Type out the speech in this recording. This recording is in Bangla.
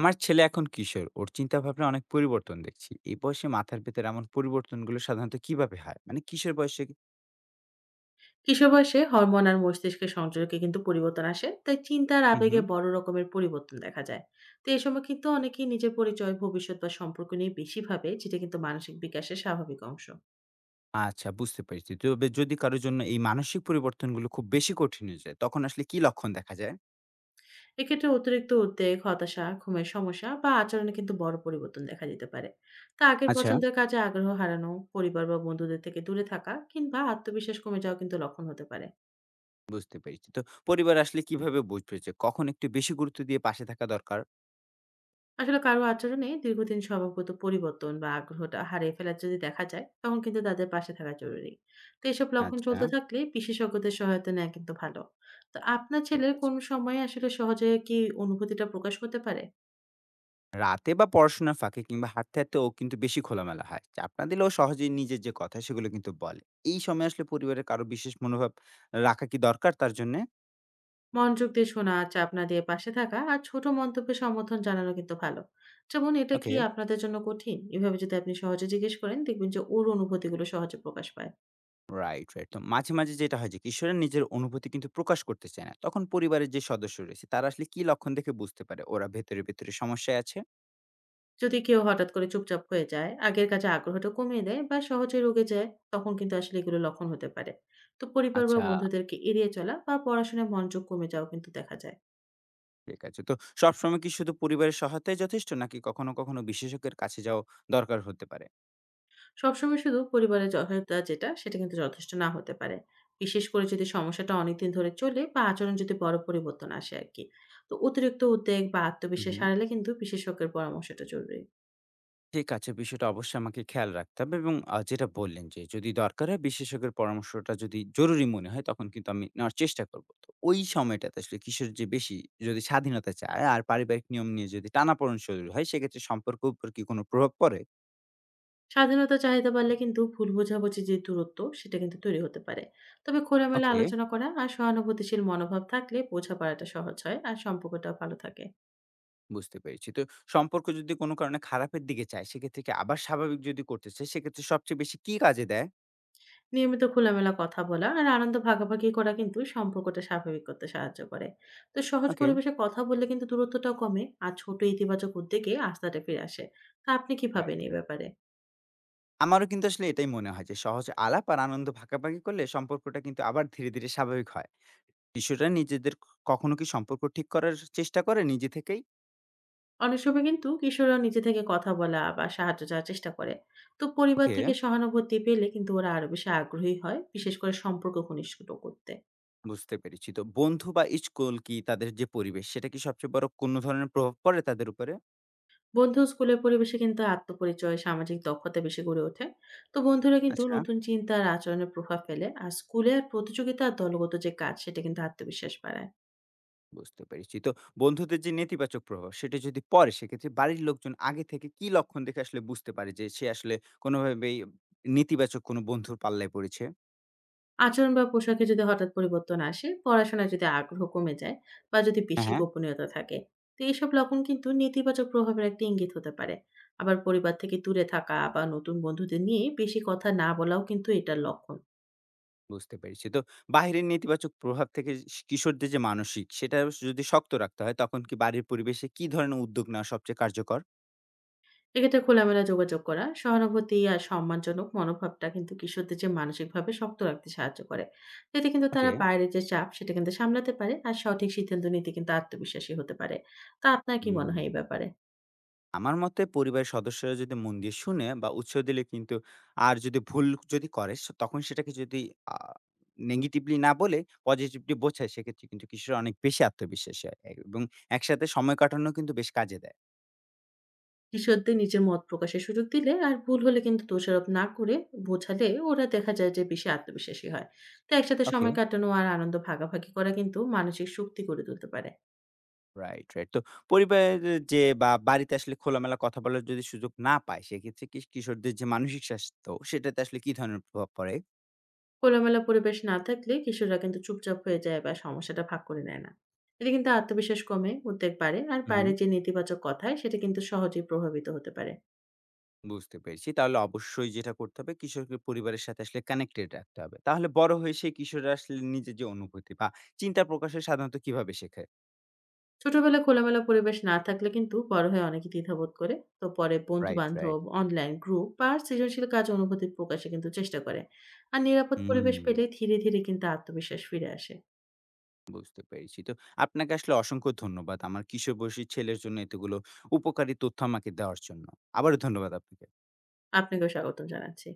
আমার ছেলে এখন কিশোর, ওর চিন্তা ভাবনা অনেক পরিবর্তন দেখছি। এই বয়সে মাথার ভেতর এমন পরিবর্তনগুলো সাধারণত কিভাবে হয়? মানে কিশোর বয়সে. কিশোর বয়সে হরমোন আর মস্তিষ্কের সংযোগে কিন্তু পরিবর্তন আসে, তাই চিন্তা আর হুম আবেগে হুম। বড় রকমের পরিবর্তন দেখা যায়। তো এই সময় কিন্তু অনেকেই নিজের পরিচয়, ভবিষ্যৎ বা সম্পর্ক নিয়ে বেশি ভাবে, যেটা কিন্তু মানসিক বিকাশের স্বাভাবিক অংশ। আচ্ছা, বুঝতে পেরেছি। তবে যদি কারোর জন্য এই মানসিক পরিবর্তনগুলো খুব বেশি কঠিন হয়ে যায়, তখন আসলে কি লক্ষণ দেখা যায়? এক্ষেত্রে অতিরিক্ত উদ্বেগ, হতাশা, ঘুমের সমস্যা বা আচরণে কিন্তু বড় পরিবর্তন দেখা যেতে পারে। তা আগের আচ্ছা, পছন্দের কাজে আগ্রহ হারানো, পরিবার বা বন্ধুদের থেকে দূরে থাকা কিংবা আত্মবিশ্বাস কমে যাওয়া কিন্তু লক্ষণ হতে পারে। বুঝতে পেরেছি। তো পরিবার আসলে কিভাবে বুঝবে যে কখন একটু বেশি গুরুত্ব দিয়ে পাশে থাকা দরকার? আসলে কারো আচরণে দীর্ঘদিন স্বভাবগত পরিবর্তন বা আগ্রহটা হারিয়ে ফেলার যদি দেখা যায়, তখন কিন্তু তাদের পাশে থাকা জরুরি। তো এসব লক্ষণ আচ্ছা। চলতে থাকলে বিশেষজ্ঞদের সহায়তা নেওয়া কিন্তু ভালো। তো আপনার ঠিক ছেলের আছে। কোন সময়ে আসলে সহজে কি অনুভূতিটা প্রকাশ করতে পারে? রাতে বা পড়াশোনার ফাঁকে কিংবা হাঁটতে হাঁটতে ও কিন্তু বেশি খোলামেলা হয়। চাপ না দিলে ও সহজেই নিজের যে কথা সেগুলো কিন্তু বলে। এই সময় আসলে পরিবারের কারো বিশেষ মনোভাব রাখা কি দরকার তার জন্য? মনোযোগ দিয়ে শোনা, চাপ না দিয়ে পাশে থাকা আর ছোট মন্তব্যে সমর্থন জানানো কিন্তু ভালো। যেমন এটা কি ওকে। আপনাদের জন্য কঠিন, এভাবে যদি আপনি সহজে জিজ্ঞেস করেন, দেখবেন যে ওর অনুভূতিগুলো সহজে প্রকাশ পায়। Right right. তো মাঝে মাঝে যেটা হয় যে কিশোরের নিজের অনুভূতি কিন্তু প্রকাশ করতে চায় না, তখন পরিবারের যে সদস্য রয়েছে তারা আসলে কি লক্ষণ দেখে বুঝতে পারে ওরা ভেতরে ভেতরে সমস্যায় আছে? যদি কেউ হঠাৎ করে চুপচাপ হয়ে যায়, আগের কাজে আগ্রহটা কমিয়ে দেয় বা সহজে রগে যায়, তখন কিন্তু আসলে এগুলো লক্ষণ হতে পারে। তো পরিবার বা আচ্ছা। বন্ধুদেরকে এড়িয়ে চলা বা পড়াশোনায় মনোযোগ কমে যাওয়া কিন্তু দেখা যায়। ঠিক আছে। তো সবসময় কি শুধু পরিবারের সহায়তায় যথেষ্ট, নাকি কখনো কখনো বিশেষজ্ঞের কাছে যাওয়া দরকার হতে পারে? সবসময় শুধু পরিবারের সহায়তা যেটা, সেটা কিন্তু যথেষ্ট না হতে পারে। বিশেষ করে যদি সমস্যাটা অনেকদিন ধরে চলে বা আচরণ যদি বড় পরিবর্তন আসে আরকি। তো অতিরিক্ত উদ্বেগ বা হুম আত্মবিশ্বাস হুম। হারালে কিন্তু বিশেষজ্ঞের পরামর্শটা জরুরি। ঠিক আছে, বিষয়টা অবশ্যই আমাকে খেয়াল রাখতে হবে। এবং যেটা বললেন যে যদি দরকার হয় বিশেষজ্ঞের পরামর্শটা যদি জরুরি মনে হয় তখন কিন্তু আমি নেওয়ার চেষ্টা করব। তো ওই সময়টাতে আসলে কিশোর যে বেশি যদি স্বাধীনতা চায় আর পারিবারিক নিয়ম নিয়ে যদি টানাপোড়েন শুরু হয় সেক্ষেত্রে সম্পর্কের উপর কি কোনো প্রভাব পড়ে? স্বাধীনতা চাহিদা বাড়লে কিন্তু ভুল বোঝাবুঝি যে দূরত্ব, সেটা কিন্তু তৈরি হতে পারে। তবে খোলামেলা ওকে, আলোচনা করা আর সহানুভূতিশীল মনোভাব থাকলে বোঝাপড়াটা সহজ হয় আর সম্পর্কটাও ভালো থাকে। বুঝতে পেরেছি। তো সম্পর্ক যদি কোনো কারণে খারাপের দিকে যায় সেক্ষেত্রে কি আবার স্বাভাবিক যদি করতে চাই সেক্ষেত্রে সবচেয়ে বেশি কি কাজে দেয়? নিয়মিত খোলামেলা কথা বলা আর আনন্দ ভাগাভাগি করা কিন্তু সম্পর্কটা স্বাভাবিক করতে সাহায্য করে। তো সহজ ওকে। পরিবেশে কথা বললে কিন্তু দূরত্বটাও কমে আর ছোট ইতিবাচক উদ্যোগে আস্থাটা ফিরে আসে। তা আপনি কি ভাবেন রাইট, এই রাইট। ব্যাপারে? আমারও কিন্তু আসলে এটাই মনে হয় যে সহজ আলাপ আর আনন্দ ভাগাভাগি করলে সম্পর্কটা কিন্তু আবার ধীরে, ধীরে স্বাভাবিক হয়। শিশুরা নিজেদের কখনো কি সম্পর্ক ঠিক করার চেষ্টা করে নিজে থেকেই? অনেক সময় কিন্তু কিশোররা নিজে থেকে কথা বলা বা সাহায্য চাওয়ার চেষ্টা করে। তো পরিবার ওকে, থেকে সহানুভূতি পেলে কিন্তু ওরা আরো বেশি আগ্রহী হয়, বিশেষ করে সম্পর্ক ঘনিষ্ঠ করতে। বুঝতে পেরেছি। তো বন্ধু বা স্কুল কি তাদের যে পরিবেশ, সেটা কি সবচেয়ে বড় কোনো ধরনের প্রভাব পড়ে তাদের উপরে? বন্ধু ও স্কুলের পরিবেশে কিন্তু আত্মপরিচয়, সামাজিক দক্ষতা বেশি গড়ে ওঠে। তো বন্ধুরা কিন্তু আচ্ছা, নতুন চিন্তা আর আচরণের প্রভাব ফেলে, আর স্কুলে আর প্রতিযোগিতা আর দলগত যে কাজ, সেটা কিন্তু আত্মবিশ্বাস বাড়ায়। বুঝতে পেরেছি। তো বন্ধুদের যে নেতিবাচক প্রভাব, সেটা যদি পড়ে, সেক্ষেত্রে বাড়ির লোকজন আগে থেকে কি লক্ষণ দেখে আসলে বুঝতে পারে যে সে আসলে কোনোভাবেই নেতিবাচক কোনো বন্ধুর পাল্লায় পড়েছে? আচরণ বা পোশাকে যদি হঠাৎ পরিবর্তন আসে, পড়াশোনায় যদি আগ্রহ কমে যায় বা যদি হ্যাঁ, বেশি হ্যাঁ। গোপনীয়তা থাকে, তো এইসব লক্ষণ কিন্তু নেতিবাচক প্রভাবের একটা ইঙ্গিত হতে পারে। আবার পরিবার থেকে দূরে থাকা বা নতুন বন্ধুদের নিয়ে বেশি কথা না বলাও কিন্তু এটার লক্ষণ। বুঝতে পেরেছি। তো বাহিরের নেতিবাচক প্রভাব থেকে কিশোরদের যে মানসিক সেটা যদি শক্ত রাখতে হয় তখন কি বাড়ির পরিবেশে কি ধরনের উদ্যোগ নেওয়া সবচেয়ে কার্যকর? এক্ষেত্রে খোলামেলা যোগাযোগ করা, সহানুভূতি আর সম্মানজনক মনোভাবটা কিন্তু কিশোরদের যে মানসিকভাবে শক্ত রাখতে সাহায্য করে। এতে কিন্তু তারা ওকে। বাইরের যে চাপ, সেটা কিন্তু সামলাতে পারে আর সঠিক সিদ্ধান্ত নিতে কিন্তু আত্মবিশ্বাসী হতে পারে। তা আপনার কি মনে হুম। হয় এই ব্যাপারে? আমার মতে পরিবারের সদস্যরা যদি মন দিয়ে শুনে বা উৎসাহ দিলে কিন্তু আর যদি ভুল যদি করে তখন সেটাকে যদি আ নেগেটিভলি না বলে পজিটিভলি বোঝায় সেক্ষেত্রে কিন্তু কিশোর অনেক বেশি আত্মবিশ্বাসী হয় এবং একসাথে সময় কাটানো কিন্তু বেশ কাজে দেয়। কিশোরদের নিজের মত প্রকাশের সুযোগ দিলে আর ভুল হলে কিন্তু দোষারোপ না করে বোঝালে ওরা দেখা যায় যে বেশি আত্মবিশ্বাসী হয়। তো একসাথে ওকে। সময় কাটানো আর আনন্দ ভাগাভাগি করা কিন্তু মানসিক শক্তি গড়ে তুলতে পারে। Right, right. তো পরিবারের যে বা বাড়িতে আসলে খোলামেলা কথা বলার যদি সুযোগ না পায়, সেক্ষেত্রে কিশোরদের যে মানসিক স্বাস্থ্য, সেটাতে আসলে কি ধরনের প্রভাব পড়ে? খোলামেলা পরিবেশ না থাকলে কিশোররা কিন্তু চুপচাপ হয়ে যায় বা সমস্যাটা ভাগ করে নেয় না। এটা কিন্তু আত্মবিশ্বাস কমে, উদ্বেগ বাড়ে আর হু, হু। বাইরে যে নেতিবাচক কথায়, সেটা কিন্তু সহজেই প্রভাবিত হতে পারে। বুঝতে পেরেছি। তাহলে অবশ্যই যেটা করতে হবে, কিশোরকে পরিবারের সাথে আসলে কানেক্টেড রাখতে হবে। তাহলে বড় হয়ে সেই কিশোররা আসলে নিজের যে অনুভূতি বা চিন্তা প্রকাশে সাধারণত কিভাবে শেখে? ছোটবেলায় খোলামেলা পরিবেশ না থাকলে কিন্তু বড় হয়ে অনেকে দ্বিধাবোধ করে। তো পরে বন্ধু রাইট, রাইট। বান্ধব অনলাইন গ্রুপ বা সৃজনশীল কাজ অনুভূতি প্রকাশে কিন্তু চেষ্টা করে। আর নিরাপদ হুম, পরিবেশ পেলে ধীরে ধীরে কিন্তু আত্মবিশ্বাস ফিরে আসে। বুঝতে পেরেছি। তো আপনাকে আসলে অসংখ্য ধন্যবাদ। আমার কিশোর বয়সী ছেলের জন্য এতগুলো উপকারী তথ্য আমাকে দেওয়ার জন্য। আবারও ধন্যবাদ আপনাকে। আপনাকেও স্বাগতম জানাচ্ছি।